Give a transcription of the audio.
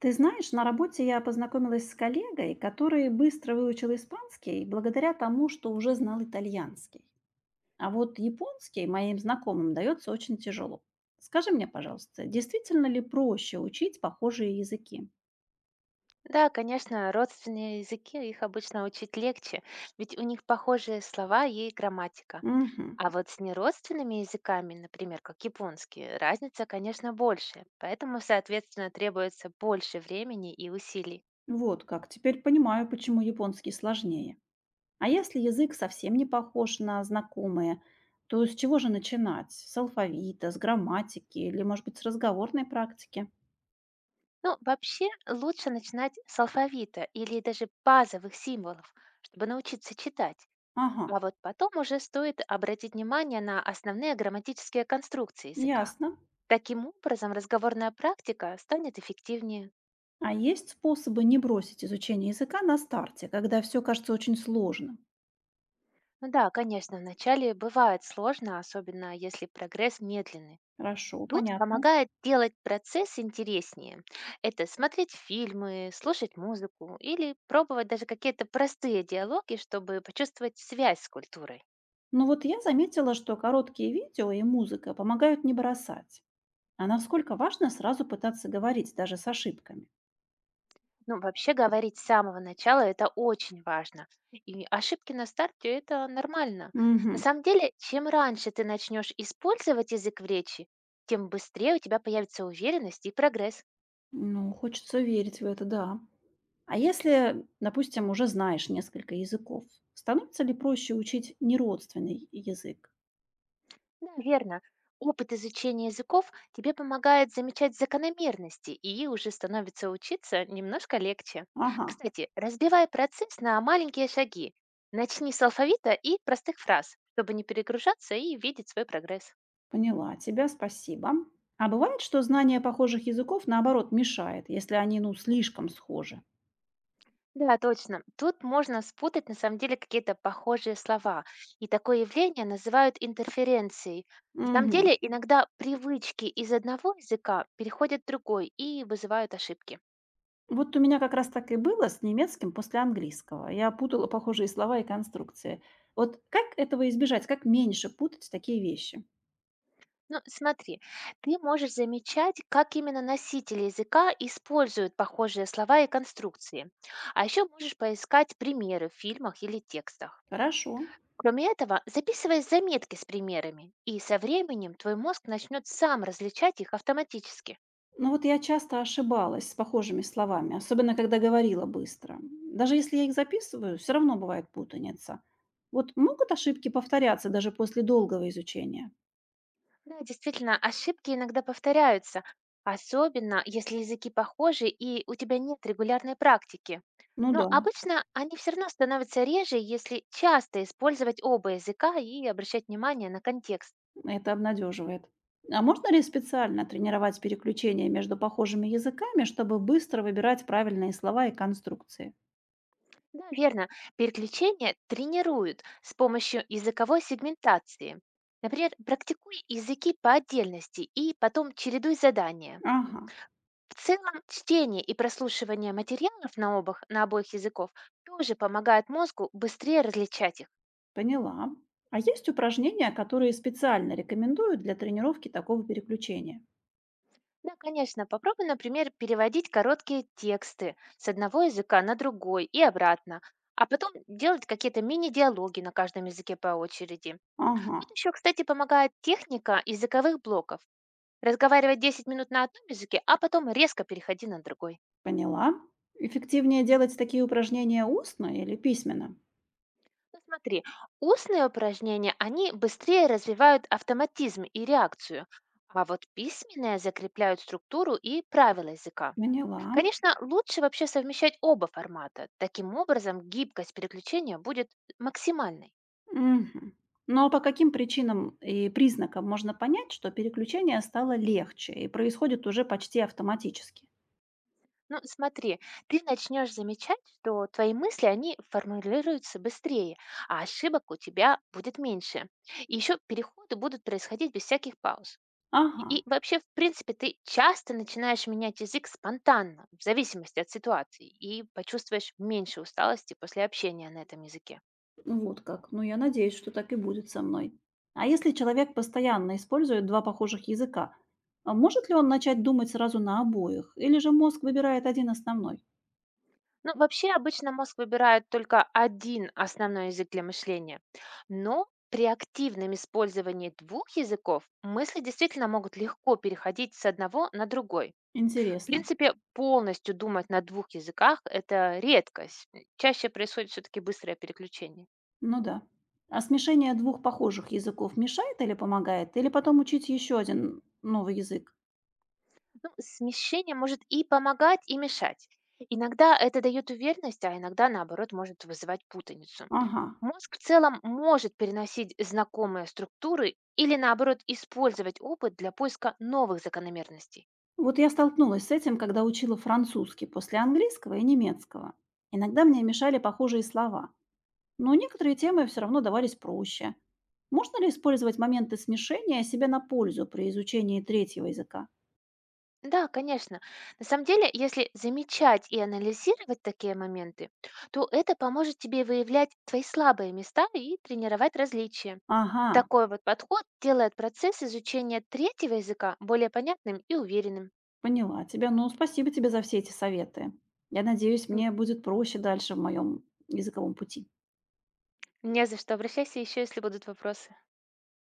Ты знаешь, на работе я познакомилась с коллегой, который быстро выучил испанский благодаря тому, что уже знал итальянский. А вот японский моим знакомым дается очень тяжело. Скажи мне, пожалуйста, действительно ли проще учить похожие языки? Да, конечно, родственные языки их обычно учить легче, ведь у них похожие слова и грамматика. Угу. А вот с неродственными языками, например, как японский, разница, конечно, больше, поэтому, соответственно, требуется больше времени и усилий. Вот как. Теперь понимаю, почему японский сложнее. А если язык совсем не похож на знакомые, то с чего же начинать? С алфавита, с грамматики или, может быть, с разговорной практики? Ну, вообще, лучше начинать с алфавита или даже базовых символов, чтобы научиться читать. Ага, А вот потом уже стоит обратить внимание на основные грамматические конструкции языка. ясно. Таким образом, разговорная практика станет эффективнее. А есть способы не бросить изучение языка на старте, когда все кажется очень сложным? Ну да, конечно, вначале бывает сложно, особенно если прогресс медленный. Хорошо, Тут понятно. помогает делать процесс интереснее. Это смотреть фильмы, слушать музыку или пробовать даже какие-то простые диалоги, чтобы почувствовать связь с культурой. Но вот я заметила, что короткие видео и музыка помогают не бросать. А насколько важно сразу пытаться говорить, даже с ошибками? Ну, вообще говорить с самого начала это очень важно. И ошибки на старте это нормально. На Угу. самом деле, чем раньше ты начнешь использовать язык в речи, тем быстрее у тебя появится уверенность и прогресс. Ну, хочется верить в это, да. А если, допустим, уже знаешь несколько языков, становится ли проще учить неродственный язык? Да, верно. Опыт изучения языков тебе помогает замечать закономерности, и уже становится учиться немножко легче. Ага. Кстати, разбивай процесс на маленькие шаги. Начни с алфавита и простых фраз, чтобы не перегружаться и видеть свой прогресс. Поняла тебя, спасибо. А бывает, что знание похожих языков, наоборот, мешает, если они, ну, слишком схожи? Да, точно. Тут можно спутать на самом деле какие-то похожие слова. И такое явление называют интерференцией. На самом Мгм. деле иногда привычки из одного языка переходят в другой и вызывают ошибки. Вот у меня как раз так и было с немецким после английского. Я путала похожие слова и конструкции. Вот как этого избежать? Как меньше путать такие вещи? Ну, смотри, ты можешь замечать, как именно носители языка используют похожие слова и конструкции. А еще можешь поискать примеры в фильмах или текстах. Хорошо. Кроме этого, записывай заметки с примерами, и со временем твой мозг начнет сам различать их автоматически. Но вот я часто ошибалась с похожими словами, особенно когда говорила быстро. Даже если я их записываю, все равно бывает путаница. Вот могут ошибки повторяться даже после долгого изучения? Да, действительно, ошибки иногда повторяются, особенно если языки похожи и у тебя нет регулярной практики. Ну Но да. обычно они все равно становятся реже, если часто использовать оба языка и обращать внимание на контекст. Это обнадеживает. А можно ли специально тренировать переключение между похожими языками, чтобы быстро выбирать правильные слова и конструкции? Да, верно, переключения тренируют с помощью языковой сегментации. Например, практикуй языки по отдельности и потом чередуй задания. Ага, В целом, чтение и прослушивание материалов на обоих языков тоже помогает мозгу быстрее различать их. поняла. А есть упражнения, которые специально рекомендуют для тренировки такого переключения? Да, конечно, попробуй, например, переводить короткие тексты с одного языка на другой и обратно, а потом делать какие-то мини-диалоги на каждом языке по очереди. Ага, Тут еще, кстати, помогает техника языковых блоков. Разговаривать 10 минут на одном языке, а потом резко переходи на другой. поняла. Эффективнее делать такие упражнения устно или письменно? Ну, смотри, устные упражнения, они быстрее развивают автоматизм и реакцию, а вот письменные закрепляют структуру и правила языка. Поняла. Конечно, лучше вообще совмещать оба формата. Таким образом, гибкость переключения будет максимальной. Мгм. Но по каким причинам и признакам можно понять, что переключение стало легче и происходит уже почти автоматически? Ну, смотри, ты начнешь замечать, что твои мысли, они формулируются быстрее, а ошибок у тебя будет меньше. И еще переходы будут происходить без всяких пауз. Ага, И вообще, в принципе, ты часто начинаешь менять язык спонтанно, в зависимости от ситуации, и почувствуешь меньше усталости после общения на этом языке. ну, вот как. Ну, я надеюсь, что так и будет со мной. А если человек постоянно использует два похожих языка, а может ли он начать думать сразу на обоих? Или же мозг выбирает один основной? Ну, вообще, обычно мозг выбирает только один основной язык для мышления, но при активном использовании двух языков мысли действительно могут легко переходить с одного на другой. В Интересно. принципе, полностью думать на двух языках — это редкость. Чаще происходит все-таки быстрое переключение. Ну да. А смешение двух похожих языков мешает или помогает? Или потом учить еще один новый язык? Ну, смещение может и помогать, и мешать. Иногда это дает уверенность, а иногда, наоборот, может вызывать путаницу. Ага. Мозг в целом может переносить знакомые структуры или, наоборот, использовать опыт для поиска новых закономерностей. Вот я столкнулась с этим, когда учила французский после английского и немецкого. Иногда мне мешали похожие слова. Но некоторые темы все равно давались проще. Можно ли использовать моменты смешения себе на пользу при изучении третьего языка? Да, конечно. На самом деле, если замечать и анализировать такие моменты, то это поможет тебе выявлять твои слабые места и тренировать различия. Ага, Такой вот подход делает процесс изучения третьего языка более понятным и уверенным. поняла тебя. Ну, спасибо тебе за все эти советы. Я надеюсь, М, мне будет проще дальше в моем языковом пути. Не за что, обращайся еще, если будут вопросы.